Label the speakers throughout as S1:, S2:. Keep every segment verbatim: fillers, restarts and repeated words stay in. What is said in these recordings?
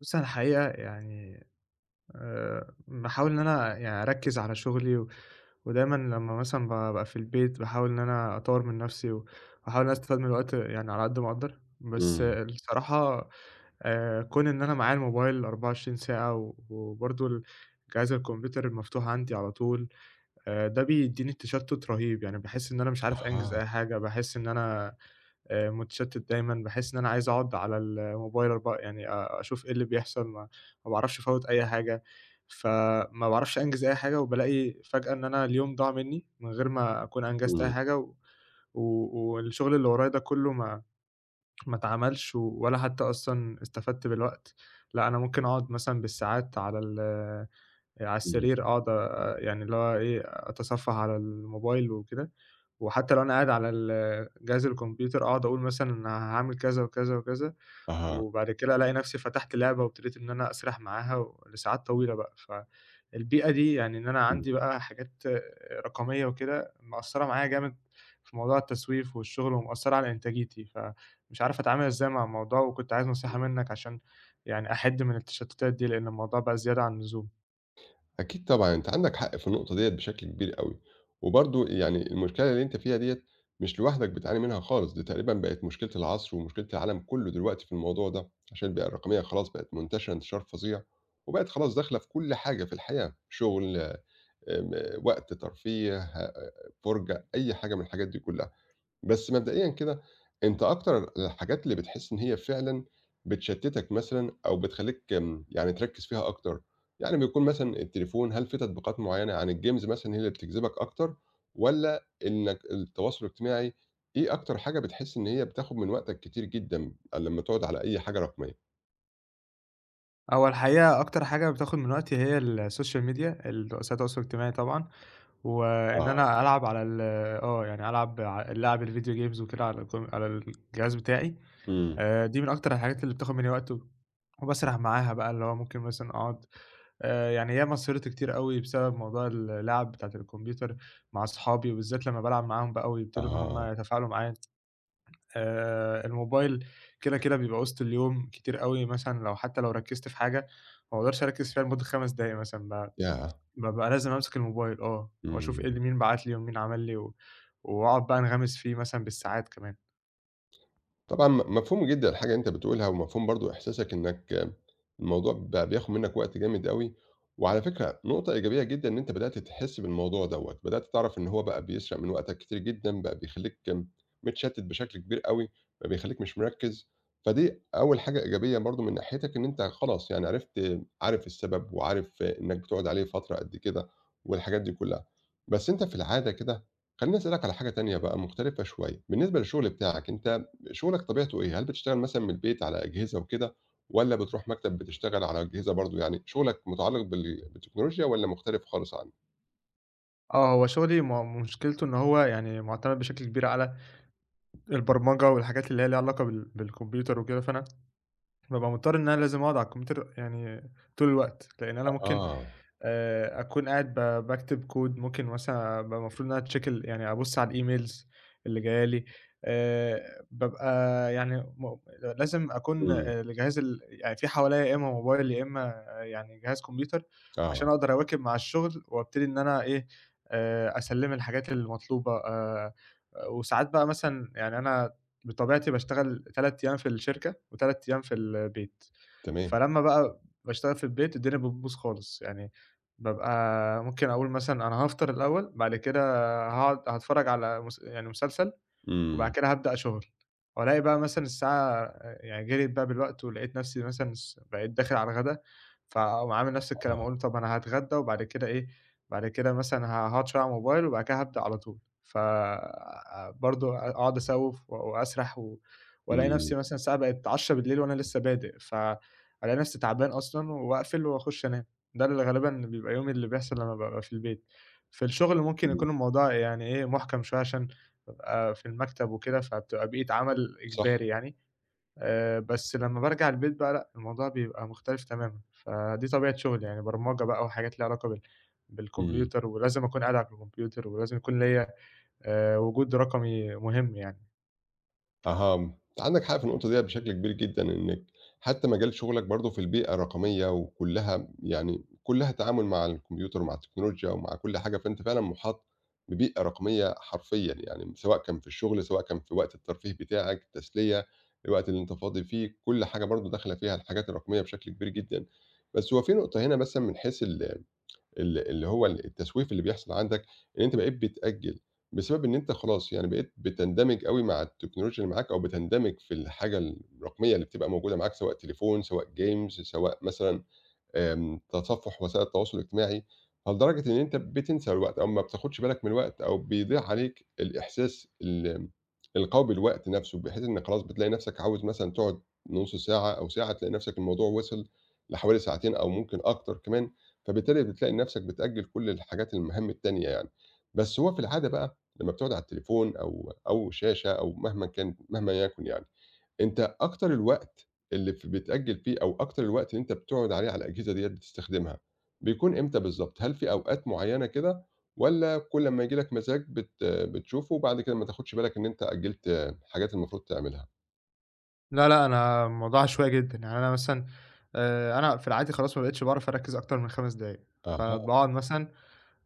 S1: بُصّ، أنا الحقيقة يعني آآ باحاول إن أنا يعني أركّز على شغلي و ودايمًا لمّا مثلًا بابقى في البيت باحاول إن أنا أطوّر من نَفْسي و واحاول إن أنا أستفاد من الوقت يعني على قد ما أقدر، بس
S2: إمم.
S1: آه، الصراحة آآ كون إن أنا معايا الموبايل 24 ساعة و وبرضه ال جهاز الكمبيوتر المفتوح عندي على طول. آآ ده بيدّيني تشتُّت رهيب، يعني باحس إن أنا مش عارف أنجز
S2: أها.
S1: أي حاجة، باحس إن أنا آآ متشتت دايمًا، باحس إن أنا عايز أقعد على الموبايل أربع يعني أ أشوف إيه اللي بيحصل، ما ما باعرفش أفوّت أي حاجة، فما باعرفش أنجز أي حاجة، وبالاقي فجأة إن أنا اليوم ضاع منّي من غير ما أكون أنجزت أي
S2: إمم،
S1: حاجة، و و والشغل اللي ورايا ده كلّه ما ما اتعملش، و- ولا حتى أصلًا استفدت بالوقت. لأ أنا ممكن أقعد مثلًا بالساعات على ال على
S2: إمم.
S1: السرير، أقعد آآ يعني اللي هو إيه، أتصفح على الموبايل وكده. وحتى لو أنا قاعد على ال جهاز الكمبيوتر أقعد أقول مثلًا أنا هاعمل كذا وكذا وكذا،
S2: أها.
S1: وبعد كده ألاقي نفسي فتحت لعبة وابتديت إن أنا أسرح معاها و لساعات طويلة بقى. فالبيئة دي يعني إن أنا
S2: إمم،
S1: عندي بقى حاجات رقمية وكده مأثّرة معايا جامد في موضوع التسويف والشغل، ومأثّرة على إنتاجيتي، فمش عارف أتعامل إزاي مع الموضوع، وكنت عايز نصيحة
S2: إمم.
S1: منّك عشان يعني أحِد من التشتتات دي، لإن الموضوع بقى زيادة عن اللزوم.
S2: أكيد طبعًا، أنت عندك حق في النقطة ديّة بشكل كبير أوي، وبرضه يعني المشكلة اللي أنت فيها ديّة مش لوحدك بتعاني منها خالص، دي تقريبًا بقت مشكلة العصر ومشكلة العالم كله دلوقتي في الموضوع ده، عشان البيئة الرقمية خلاص بقت منتشرة انتشار فظيع، وبقت خلاص داخلة في كل حاجة في الحياة، شغل آمم، وقت ترفيه، آآ، فرجة، أي حاجة من الحاجات دي كلها. بس مبدئيًا كده، أنت أكتر الحاجات اللي بتحس إن هي فعلًا بتشتتك مثلًا أو بتخلّيك آمم، يعني تركّز فيها أكتر، يعني بيكون مثلًا التليفون، هل في تطبيقات معيّنة عن الجيمز مثلًا هي اللي بتجذبك أكتر، والّا إنك التواصل الاجتماعي، إيه أكتر حاجة بتحس إن هي بتاخد من وقتك كتير جدًا لمّا تقعد على أي حاجة رقمية؟
S1: هو الحقيقة أكتر حاجة بتاخد من وقتي هي السوشيال ميديا، ال وسائل التواصل الاجتماعي طبعًا، وإن
S2: آه،
S1: أنا ألعب على ال آه، يعني ألعب ع اللعب الفيديو جيمز وكده على الكم على الجهاز بتاعي.
S2: إمم،
S1: آآ دي من أكتر الحاجات اللي بتاخد مني وقت و وباسرح معاها بقى، اللي هو ممكن مثلًا أقعد آآ يعني ياما سهرت كتير أوي بسبب موضوع اللعب بتاعة الكمبيوتر مع أصحابي، وبالذات لمّا بالعب معاهم بقى ويبتدوا إن هم
S2: آه،
S1: يتفاعلوا معايا. آآ الموبايل كده، كده بيبقى وسط اليوم كتير أوي، مثلًا لو حتى لو ركّزت في حاجة ما باقدرش أركّز فيها لمدة 5 دقايق مثلًا، ب
S2: ياه!
S1: بابقى لازم أمسك الموبايل آه، وأشوف
S2: إمم.
S1: إيه اللي مين بعت لي ومين عمل لي و وأقعد بقى أنغمس فيه مثلًا بالساعات كمان.
S2: طبعًا م مفهوم جدًا الحاجة اللي أنت بتقولها، ومفهوم برضه إحساسك إنك الموضوع بقى بياخد منك وقت جامد أوي، وعلى فكرة نقطة إيجابية جدًا إن أنت بدأت تحس بالموضوع دوّة، بدأت تعرف إن هو بقى بيسرق من وقتك كتير جدًا، بقى بيخلّيك متشتت بشكل كبير أوي، بقى بيخلّيك مش مركز، فدي أول حاجة إيجابية برضه من ناحيتك إن أنت خلاص يعني عرفت عارف السبب، وعارف إنك بتقعد عليه فترة قد كده، والحاجات دي كلّها. بس أنت في العادة كده خلّيني أسألك على حاجة تانية بقى مختلفة شوية، بالنسبة للشغل بتاعك أنت شغلك طبيعته إيه؟ هل بتشتغل مثلًا من البيت على أجهزة وكده، والّا بتروح مكتب بتشتغل على أجهزة برضه؟ يعني شغلك متعلق بال بالتكنولوجيا والّا مختلف خالص عنه؟
S1: آه، هو شغلي م مشكلته إن هو يعني مُعتمد بشكل كبير على البرمجة والحاجات اللي هي ليها علاقة بال بالكمبيوتر وكده، فأنا بابقى مضطر إن أنا لازم أقعد على الكمبيوتر يعني طول الوقت، لإن أنا ممكن
S2: أها،
S1: آآ أكون قاعد ب باكتب كود، ممكن مثلًا أبقى المفروض إن أنا أcheck ال يعني أبُص على الemails اللي جاية لي. آآ بابقى يعني م لازم أكون
S2: إمم،
S1: آه، الجهاز ال يعني في حواليّا، يا إمّا موبايل، يا إمّا آه، يعني جهاز كمبيوتر، عشان
S2: آه،
S1: أقدر أواكب مع الشغل وأبتدي إن أنا إيه، آآ أسلِّم الحاجات المطلوبة. آآ وساعات بقى مثلًا يعني أنا بطبيعتي باشتغل 3 أيام في الشركة و3 أيام في البيت،
S2: تمام،
S1: فلمّا بقى باشتغل في البيت الدنيا بتبوظ خالص. يعني بابقى ممكن أقول مثلًا أنا هافطر الأول، بعد كده هاقعد هاتفرّج على مس يعني مسلسل، وبعد
S2: إمم،
S1: كده هابدأ شغل، وألاقي بقى مثلًا الساعة يعني جريت بقى بالوقت، ولقيت نفسي مثلًا س بقيت داخل على الغدا، فاقوم عامل نفس الكلام،
S2: آه،
S1: أقول طب أنا هاتغدى وبعد كده إيه، بعد كده مثلًا هاقعد شوية على الموبايل وبعد كده هابدأ على طول، ف برضه أقعد أسوِّف و وأسرح و وألاقي
S2: إمم،
S1: نفسي مثلًا الساعة بقت اتنين وعشرين صفر صفر وأنا لسه بادئ، فألاقي نفسي تعبان أصلًا وأقفل وأخش أنام. ده اللي غالبًا بيبقى يومي اللي بيحصل لمّا بابقى في البيت. في الشغل ممكن
S2: إمم،
S1: يكون الموضوع يعني إيه، محكم شوية عشان بابقى في المكتب وكده، فبتبقى بيئة عمل
S2: صح،
S1: إجباري يعني، آآ بس لمّا بارجع البيت بقى لأ، الموضوع بيبقى مختلف تمامًا. فدي طبيعة شغلي، يعني برمجة بقى وحاجات ليها علاقة بال
S2: إمم.
S1: بالكمبيوتر، ولازم أكون قاعد على الكمبيوتر، ولازم يكون ليّا آآ وجود رقمي مهم يعني.
S2: أها، أنت عندك حق في النقطة ديّة بشكل كبير جدًا، إنِّك حتى مجال شغلك برضه في البيئة الرقمية وكلّها يعني كلّها تعامل مع الكمبيوتر ومع التكنولوجيا ومع كل حاجة، فأنت فعلًا مُحاط ببيئة رقمية حرفيًا يعني، سواء كان في الشغل، سواء كان في وقت الترفيه بتاعك، التسلية، الوقت اللي أنت فاضي فيه، كل حاجة برضه داخلة فيها الحاجات الرقمية بشكل كبير جدًا. بس هو في نقطة هنا مثلًا من حيث ال ال اللي هو ال التسويف اللي بيحصل عندك، إن أنت بقيت بتأجّل، بسبب إن أنت خلاص يعني بقيت بتندمج أوي مع التكنولوجيا اللي معاك أو بتندمج في الحاجة الرقمية اللي بتبقى موجودة معاك، سواء تليفون، سواء games، سواء مثلًا آمم، تصفُّح وسائل التواصل الاجتماعي، فلدرجة إن أنت بتنسى الوقت أو ما بتاخدش بالك من الوقت أو بيضيع عليك الإحساس ال القوي بالوقت نَفْسه، بحيث إن خلاص بتلاقي نَفْسك عاوز مثلًا تقعد نُص ساعة أو ساعة، تلاقي نَفْسك الموضوع وصل لحوالي ساعتين أو ممكن أكتر كمان، فبالتالي بتلاقي نَفْسك بتأجّل كل الحاجات المهام التانية يعني. بس هو في العادة بقى لمّا بتقعد على التليفون أو أو شاشة أو مهما كان مهما يكن يعني، أنت أكتر الوقت اللي ف بتأجّل فيه أو أكتر الوقت اللي أنت بتقعد عليه على الأجهزة ديّة بتستخدمها، بيكون إمتى بالضبط؟ هل في أوقات معيّنة كده والّا كل أمّا ييجي لك مزاج بت بتشوفه وبعد كده ما تاخدش بالك إن أنت أجّلت حاجات المفروض تعملها؟
S1: لا، لأ، أنا الموضوع عشوائي جدًا. يعني أنا مثلًا آآ أنا في العادي خلاص ما بقيتش باعرف أركّز أكتر من 5 دقايق،
S2: أها،
S1: فباقعد مثلًا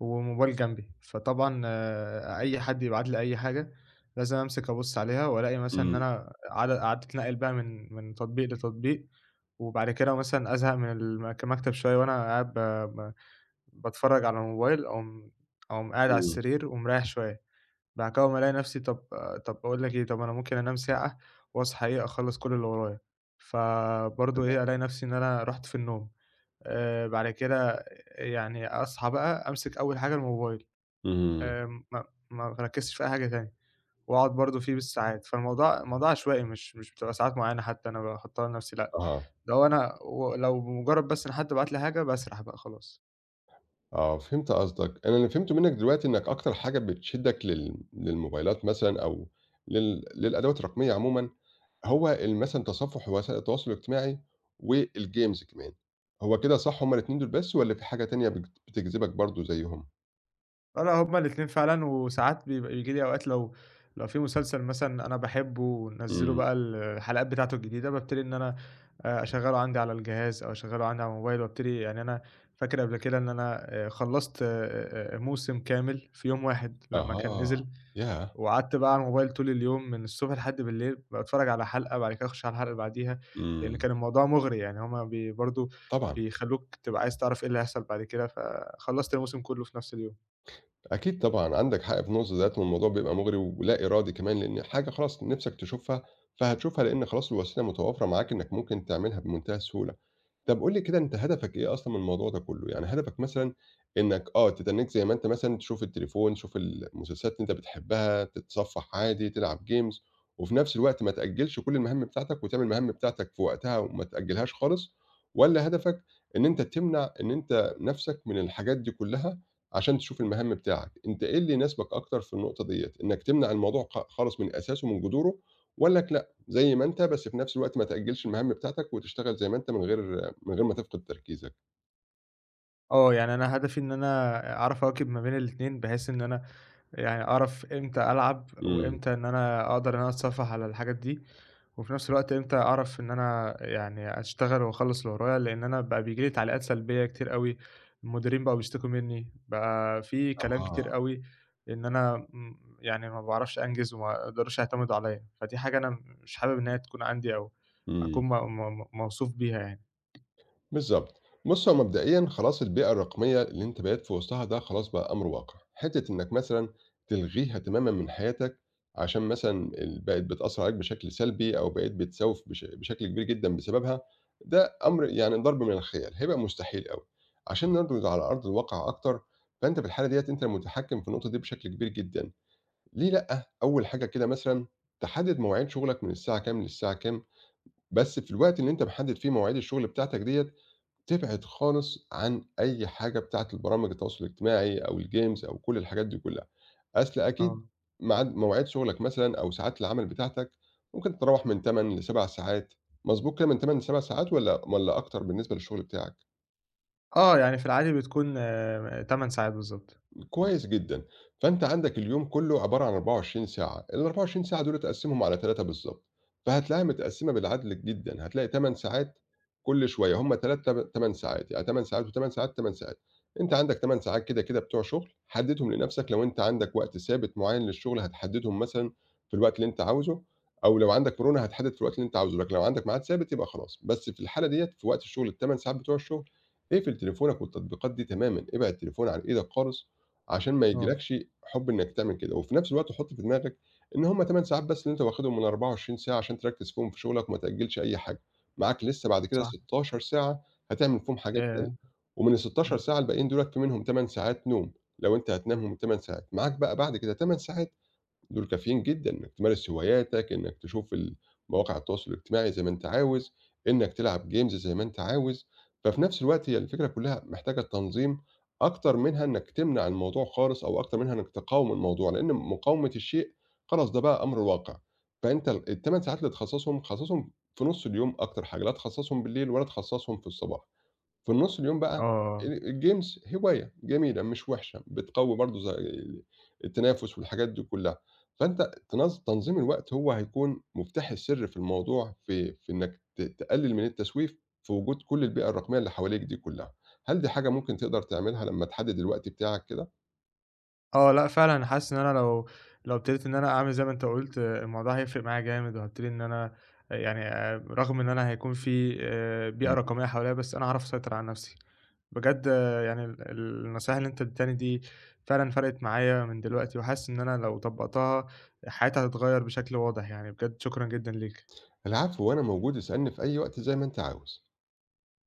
S1: وموبايل جنبي، فطبعًا آآ أي حد يبعت لي أي حاجة لازم أمسك أبُص عليها، وألاقي مثلًا إن
S2: إمم،
S1: أنا قعد قعدت أتنقل بقى من من تطبيق لتطبيق، وبعد كده مثلًا أزهق من المك المكتب شوية وأنا قاعد ب ب باتفرّج على الموبايل، أقوم أقوم قاعد على
S2: إمم،
S1: السرير ومريّح شوية، بعد كده أقوم ألاقي نفسي طب طب باقول لك إيه، طب أنا ممكن أنام ساعة وأصحى إيه، أخلّص كل اللي ورايا، فبرضه
S2: تمام،
S1: إيه، ألاقي نفسي إن أنا رُحت في النوم. آآ بعد كده يعني أصحى بقى أمسك أول حاجة الموبايل.
S2: إمم،
S1: آمم ما ما باركّزش في أي حاجة تاني، وأقعد برضه فيه بالساعات. فالموضوع الموضوع عشوائي، مش مش بتبقى ساعات معيّنة حتى أنا باحطّها لنفسي لأ،
S2: أها،
S1: ده هو أنا ولو بمجرّد بس إن حد بعت لي حاجة باسرح بقى خلاص.
S2: آه، فهمت قصدك. أنا اللي فهمته منّك دلوقتي إنّك أكتر حاجة بتشدّك لل للموبايلات مثلًا أو لل للأدوات الرقمية عمومًا هو ال مثلًا تصفُّح وسائل التواصل الاجتماعي والجيمز كمان، هو كده صح هُم الاتنين دول بس والّا في حاجة تانية بت بتجذبك برضه زيّهم؟
S1: والّا هُم الاتنين فعلًا، وساعات بيبقى بييجي لي أوقات لو لو في مسلسل مثلًا أنا باحبه ونزّلوا
S2: إمم،
S1: بقى الحلقات بتاعته الجديدة، بابتدي إن أنا آآ أشغّله عندي على الجهاز أو أشغّله عندي على الموبايل، وابتدي يعني أنا فاكر قبل كده إن أنا آآ خلّصت آآ موسم كامل في يوم واحد لمّا كان
S2: أها،
S1: نزل،
S2: ياه!
S1: وقعدت بقى على الموبايل طول اليوم من الصبح لحد بالليل، باتفرّج على حلقة بعد كده أخش على الحلقة اللي بعديها، لإن
S2: إمم،
S1: كان الموضوع مُغري. يعني هُم بي برضه
S2: طبعًا،
S1: بيخلّوك تبقى عايز تعرف إيه اللي هيحصل بعد كده، فخلّصت الموسم كُلّه في نفس اليوم.
S2: أكيد طبعًا، عندك حق في النقطة ديّة والموضوع بيبقى مُغري ولا إرادي كمان، لإن حاجة خلاص نِفْسك تشوفها، فهتشوفها لإن خلاص الوسيلة متوافرة معاك إنّك ممكن تعملها بمنتهى السهولة. طب قُل لي كده أنت هدفك إيه أصلًا من الموضوع ده كُلّه؟ يعني هدفك مثلًا إنّك آه، تتنّيك زي ما أنت مثلًا تشوف التليفون، تشوف المسلسلات اللي أنت بتحبّها، تتصفّح عادي، تلعب games وفي نفس الوقت ما تأجّلش كل المهام بتاعتك وتعمل المهام بتاعتك في وقتها وما تأجّلهاش خالص والّا هدفك إن أنت تمنع إن أنت نَفْسك من الحاجات دي كُلّها عشان تشوف المهام بتاعك؟ أنت إيه اللي يناسبك أكتر في النقطة ديّة، إنّك تمنع الموضوع خ خالص من أساسه، من جذوره والّاك لأ، زي ما أنت بس في نفس الوقت ما تأجّلش المهام بتاعتك وتشتغل زي ما أنت من غير من غير ما تفقد تركيزك.
S1: آه، يعني أنا هدفي إن أنا أعرف أواكب ما بين الاتنين، بحيث إن أنا يعني أعرف إمتى ألعب،
S2: إمم،
S1: وإمتى إن أنا أقدر إن أنا أتصفّح على الحاجات دي، وفي نفس الوقت إمتى أعرف إن أنا يعني أشتغل وأخلّص اللي ورايا، لإن أنا بقى بييجي لي تعليقات سلبية كتير أوي، المديرين بقوا بيشتكوا منّي، بقى في كلام
S2: أها،
S1: كتير أوي إن أنا م يعني ما باعرفش أنجز وما يقدروش يعتمدوا عليّا، فدي حاجة أنا مش حابب إن هي تكون عندي أو
S2: إمم،
S1: أكون م م موصوف بيها يعني.
S2: بالضبط. بُص هو مبدئيًا خلاص البيئة الرقمية اللي أنت بقيت في وسطها ده خلاص بقى أمر واقع، حتّة إنّك مثلًا تلغيها تمامًا من حياتك عشان مثلًا ال بقت بتأثّر عليك بشكل سلبي أو بقيت بتسوّف بش بشكل كبير جدًا بسببها، ده أمر يعني ضرب من الخيال، هيبقى مستحيل أوي. عشان نرد على أرض الواقع أكتر، فأنت في الحالة ديّة أنت المتحكّم في النقطة دي بشكل كبير جدًا. ليه لأ؟ أول حاجة كده مثلًا تحدّد مواعيد شغلك من الساعة كام للساعة كام، بس في الوقت اللي أنت محدد فيه مواعيد الشغل بتاعتك ديّة، تبعد خالص عن أي حاجة بتاعة البرامج التواصل الاجتماعي أو الgames أو كل الحاجات دي كلها، أصل أكيد
S1: آه.
S2: ميعاد مواعيد شغلك مثلًا أو ساعات العمل بتاعتك ممكن تتراوح من تمن ل7 ساعات، مضبوط كده من تمن ل7 ساعات والّا والّا أكتر بالنسبة للشغل بتاعك؟
S1: آه، يعني في العادي بتكون آه، 8 ساعات بالضبط.
S2: كويس جدًا. فأنت عندك اليوم كله عبارة عن أربعة وعشرين ساعة، ال24 ساعة دُولة قسّمهم على تلاتة بالضبط، فهتلاقيها متقسّمة بالعدل جدًا، هتلاقي تمن ساعات كل شوية، هم تلات تم تمان ساعات، يعني تمان ساعات و8 ساعات، تمان ساعات. أنت عندك تمان ساعات كده، كده بتوع شغل، حدّدهم لنَفْسك لو أنت عندك وقت ثابت معيّن للشغل هتحدّدهم مثلًا في الوقت اللي أنت عاوزه، أو لو عندك مرونة هتحدّد في الوقت اللي أنت عاوزه، لكن لو عندك ميعاد ثابت يبقى خلاص. بس في الحالة ديّة في وقت الشغل ال8 ساعات بتوع الشغل، اقفل تليفونك والتطبيقات دي تمامًا، ابعد تليفون عن إيدك خالص عشان ما
S1: آه،
S2: ييجيلكش حُب إنّك تعمل كده، وفي نفس الوقت حُط في دماغك إن هُم تمانية ساعات بس اللي أنت واخدهم من أربعة وعشرين ساعة عشان تركّز فيهم في شغلك وما تأجّلش أي حاجة، معاك لسه بعد كده
S1: صح.
S2: ستاشر ساعة هتعمل فيهم حاجات تانية،
S1: ياه!
S2: ومن ال16
S1: إمم.
S2: ساعة الباقيين دُولَة في منهم تمن ساعات نوم، لو أنت هتنامهم ال8 ساعات، معاك بقى بعد كده تمن ساعات دول كافيين جدًا إنك تمارس هواياتك، إنك تشوف ال مواقع التواصل الاجتماعي زي ما أنت عاوز، إنك تلعب games زي ما أنت عاوز، ففي نفس الوقت هي الفكرة كلها محتاجة تنظيم أكتر منها إنك تمنع الموضوع خالص أو أكتر منها إنك تقاوم الموضوع، لإن مقاومة الشيء خلاص ده بقى أمر واقع، فأنت ال ال8 ساعات اللي تخصصهم، خصصهم في نُص اليوم أكتر حاجة، لا تخصصهم بالليل ولا تخصصهم في الصباح. في النُص اليوم بقى
S1: آه، آه.
S2: ال الجيمز هواية جميلة مش وِحشة، بتقوّي برضه زي ال- التنافس والحاجات دي كُلّها، فأنت تنظ تنظيم الوقت هو هيكون مفتاح السر في الموضوع في في إنّك ت تقلِّل من التسويف في وجود كل البيئة الرقمية اللي حواليك دي كُلّها. هل دي حاجة ممكن تقدر تعملها لمّا تحدِّد الوقت بتاعك كده؟
S1: آه، لأ فعلًا أنا حاسس إن أنا لو لو ابتديت إن أنا أعمل زي ما أنت قُلت، آه، الموضوع هيفرق معايا جامد، وهابتدي إن أنا آه، يعني آآ، رغم إن أنا هيكون في آآ، بيئة
S2: مم.
S1: رقمية حواليّا، بس أنا هاعرف أسيطر على نفسي. بجد آه، يعني ال النصايح اللي أنت اديتهاني دي فعلًا فرقت معايا من دلوقتي، وحاسس إن أنا لو طبّقتها حياتي هتتغيّر بشكل واضح يعني، بجد شكرًا جدًا ليك.
S2: العفو، وأنا موجود، اسألني في أي وقت زي ما أنت عاوز.